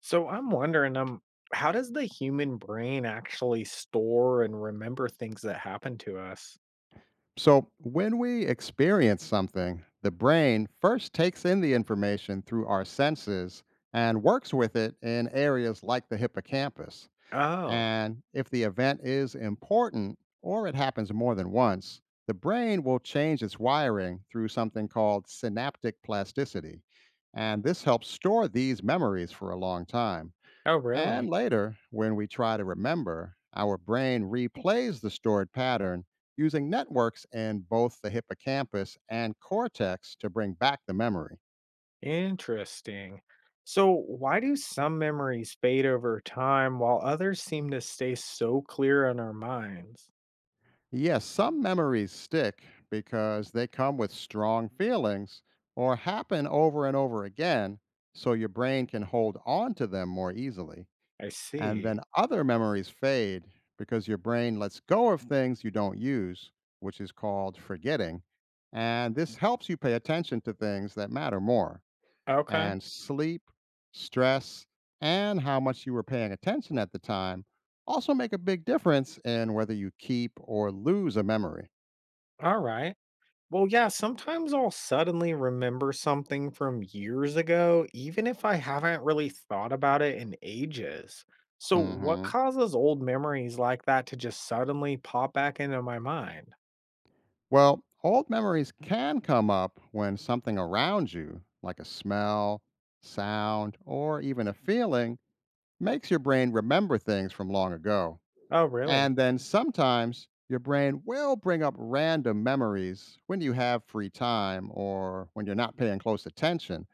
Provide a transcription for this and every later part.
So I'm wondering, how does the human brain actually store and remember things that happen to us? So, when we experience something, the brain first takes in the information through our senses and works with it in areas like the hippocampus. Oh, And if the event is important or it happens more than once, the brain will change its wiring through something called synaptic plasticity. And this helps store these memories for a long time. oh, And really? later, when we try to remember, our brain replays the stored pattern using networks in both the hippocampus and cortex to bring back the memory. Interesting. So, why do some memories fade over time while others seem to stay so clear in our minds? Yes, some memories stick because they come with strong feelings or happen over and over again, so your brain can hold on to them more easily. I And see. then other memories fade because your brain lets go of things you don't use, which is called forgetting. And this helps you pay attention to things that matter more. Okay. And sleep, stress, and how much you were paying attention at the time also make a big difference in whether you keep or lose a memory. All right. Well, yeah, sometimes I'll suddenly remember something from years ago, even if I haven't really thought about it in ages. So, what Hmm. causes old memories like that to just suddenly pop back into my mind? Well, old memories can come up when something around you, like a smell, sound, or even a feeling, makes your brain remember things from long ago. Oh, really? And then sometimes your brain will bring up random memories when you have free time or when you're not paying close attention,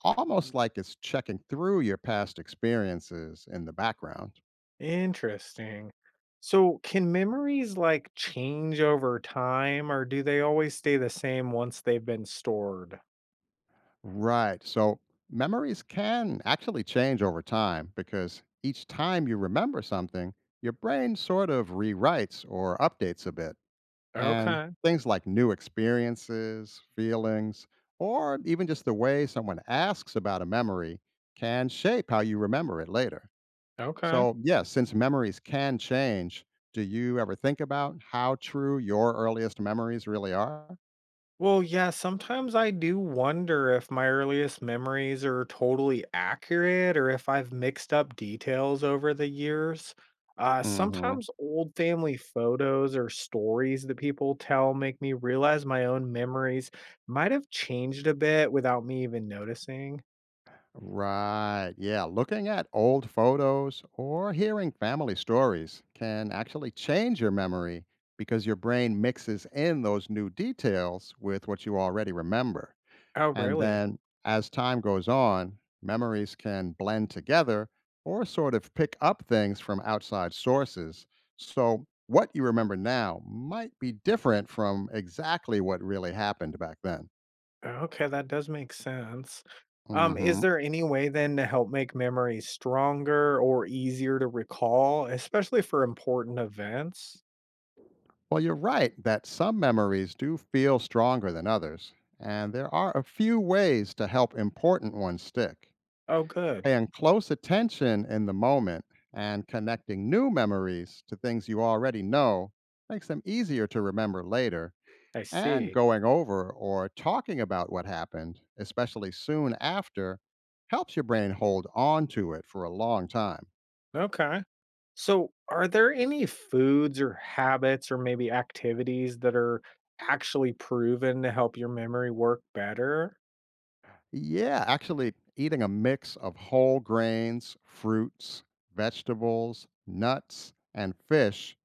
almost like it's checking through your past experiences in the background. Interesting. So, can memories like change over time, or do they always stay the same once they've been stored? Right. So memories can actually change over time because each time you remember something, your brain sort of rewrites or updates a bit. And Okay, things like new experiences, feelings, or even just the way someone asks about a memory can shape how you remember it later. okay. So, yes, since memories can change, do you ever think about how true your earliest memories really are? Well, yeah, sometimes I do wonder if my earliest memories are totally accurate or if I've mixed up details over the years. Hmm. Sometimes old family photos or stories that people tell make me realize my own memories might have changed a bit without me even noticing. Right. Yeah. Looking at old photos or hearing family stories can actually change your memory because your brain mixes in those new details with what you already remember. Oh, And really? then as time goes on, memories can blend together or sort of pick up things from outside sources. So what you remember now might be different from exactly what really happened back then. Okay, that does make sense. Hmm. Is there any way then to help make memories stronger or easier to recall, especially for important events? Well, you're right that some memories do feel stronger than others, and there are a few ways to help important ones stick. Oh, good. Paying close attention in the moment and connecting new memories to things you already know makes them easier to remember later. I And see. going over or talking about what happened, especially soon after, helps your brain hold on to it for a long time. Okay. So, are there any foods or habits or maybe activities that are actually proven to help your memory work better? Yeah, actually, eating a mix of whole grains, fruits, vegetables, nuts, and fish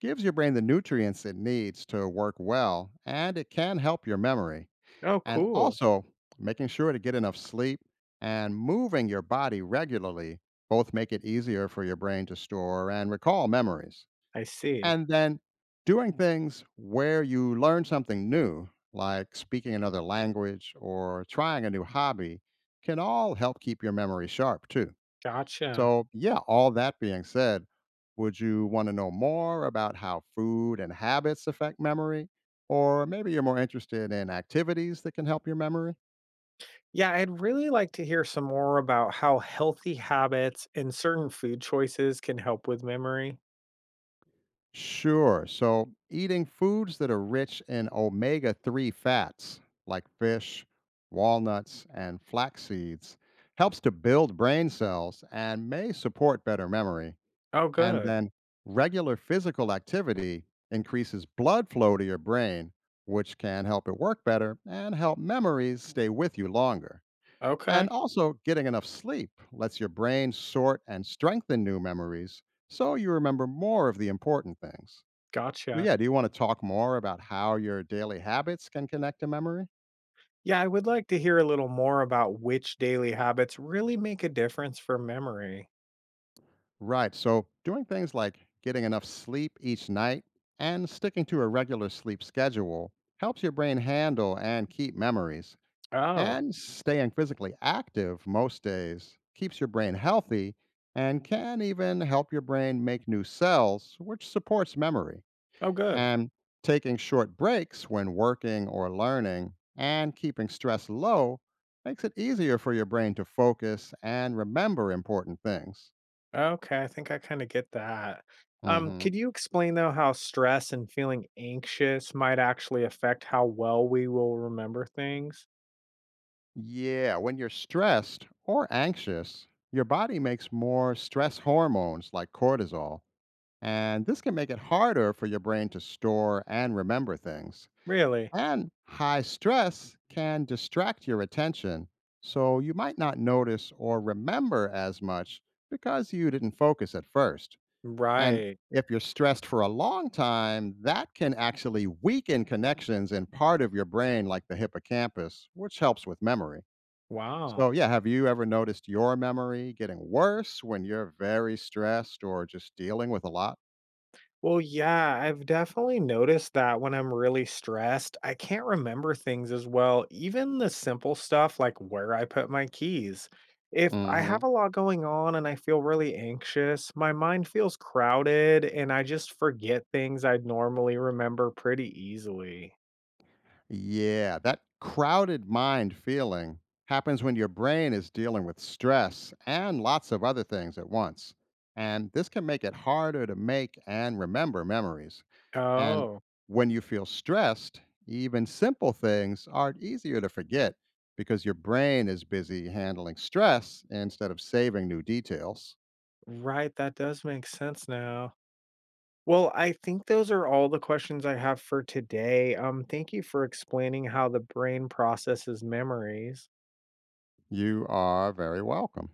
gives your brain the nutrients it needs to work well, and it can help your memory. Oh, And cool. also, making sure to get enough sleep and moving your body regularly both make it easier for your brain to store and recall memories. I see. And then doing things where you learn something new, like speaking another language or trying a new hobby, can all help keep your memory sharp too. Gotcha. So, yeah, all that being said, would you want to know more about how food and habits affect memory? Or maybe you're more interested in activities that can help your memory? Yeah, I'd really like to hear some more about how healthy habits and certain food choices can help with memory. Sure. So, eating foods that are rich in omega 3 fats, like fish, walnuts, and flax seeds, helps to build brain cells and may support better memory. Oh, And good. then, regular physical activity increases blood flow to your brain, which can help it work better and help memories stay with you longer. And Okay. also, getting enough sleep lets your brain sort and strengthen new memories so you remember more of the important things. Well, Gotcha. yeah, do you want to talk more about how your daily habits can connect to memory? Yeah, I would like to hear a little more about which daily habits really make a difference for memory. Right. So, doing things like getting enough sleep each night and sticking to a regular sleep schedule helps your brain handle and keep memories. Oh, And staying physically active most days keeps your brain healthy and can even help your brain make new cells, which supports memory. oh, good. And taking short breaks when working or learning and keeping stress low makes it easier for your brain to focus and remember important things. Okay, I think I kind of get that. Hmm. Could you explain though how stress and feeling anxious might actually affect how well we will remember things? Yeah, when you're stressed or anxious, your body makes more stress hormones like cortisol, and this can make it harder for your brain to store and remember things. Really? And high stress can distract your attention, so you might not notice or remember as much because you didn't focus at first. And Right. if you're stressed for a long time, that can actually weaken connections in part of your brain, like the hippocampus, which helps with memory. Wow. So, yeah, have you ever noticed your memory getting worse when you're very stressed or just dealing with a lot? Well, yeah, I've definitely noticed that when I'm really stressed, I can't remember things as well, even the simple stuff like where I put my keys. If I have a lot going on and I feel really anxious, my mind feels crowded and I just forget things I'd normally remember pretty easily. Yeah, that crowded mind feeling happens when your brain is dealing with stress and lots of other things at once. And this can make it harder to make and remember memories. And Oh, when you feel stressed, even simple things are easier to forget because your brain is busy handling stress instead of saving new details. right. That does make sense now. Well, I think those are all the questions I have for today. Thank you for explaining how the brain processes memories. You are very welcome.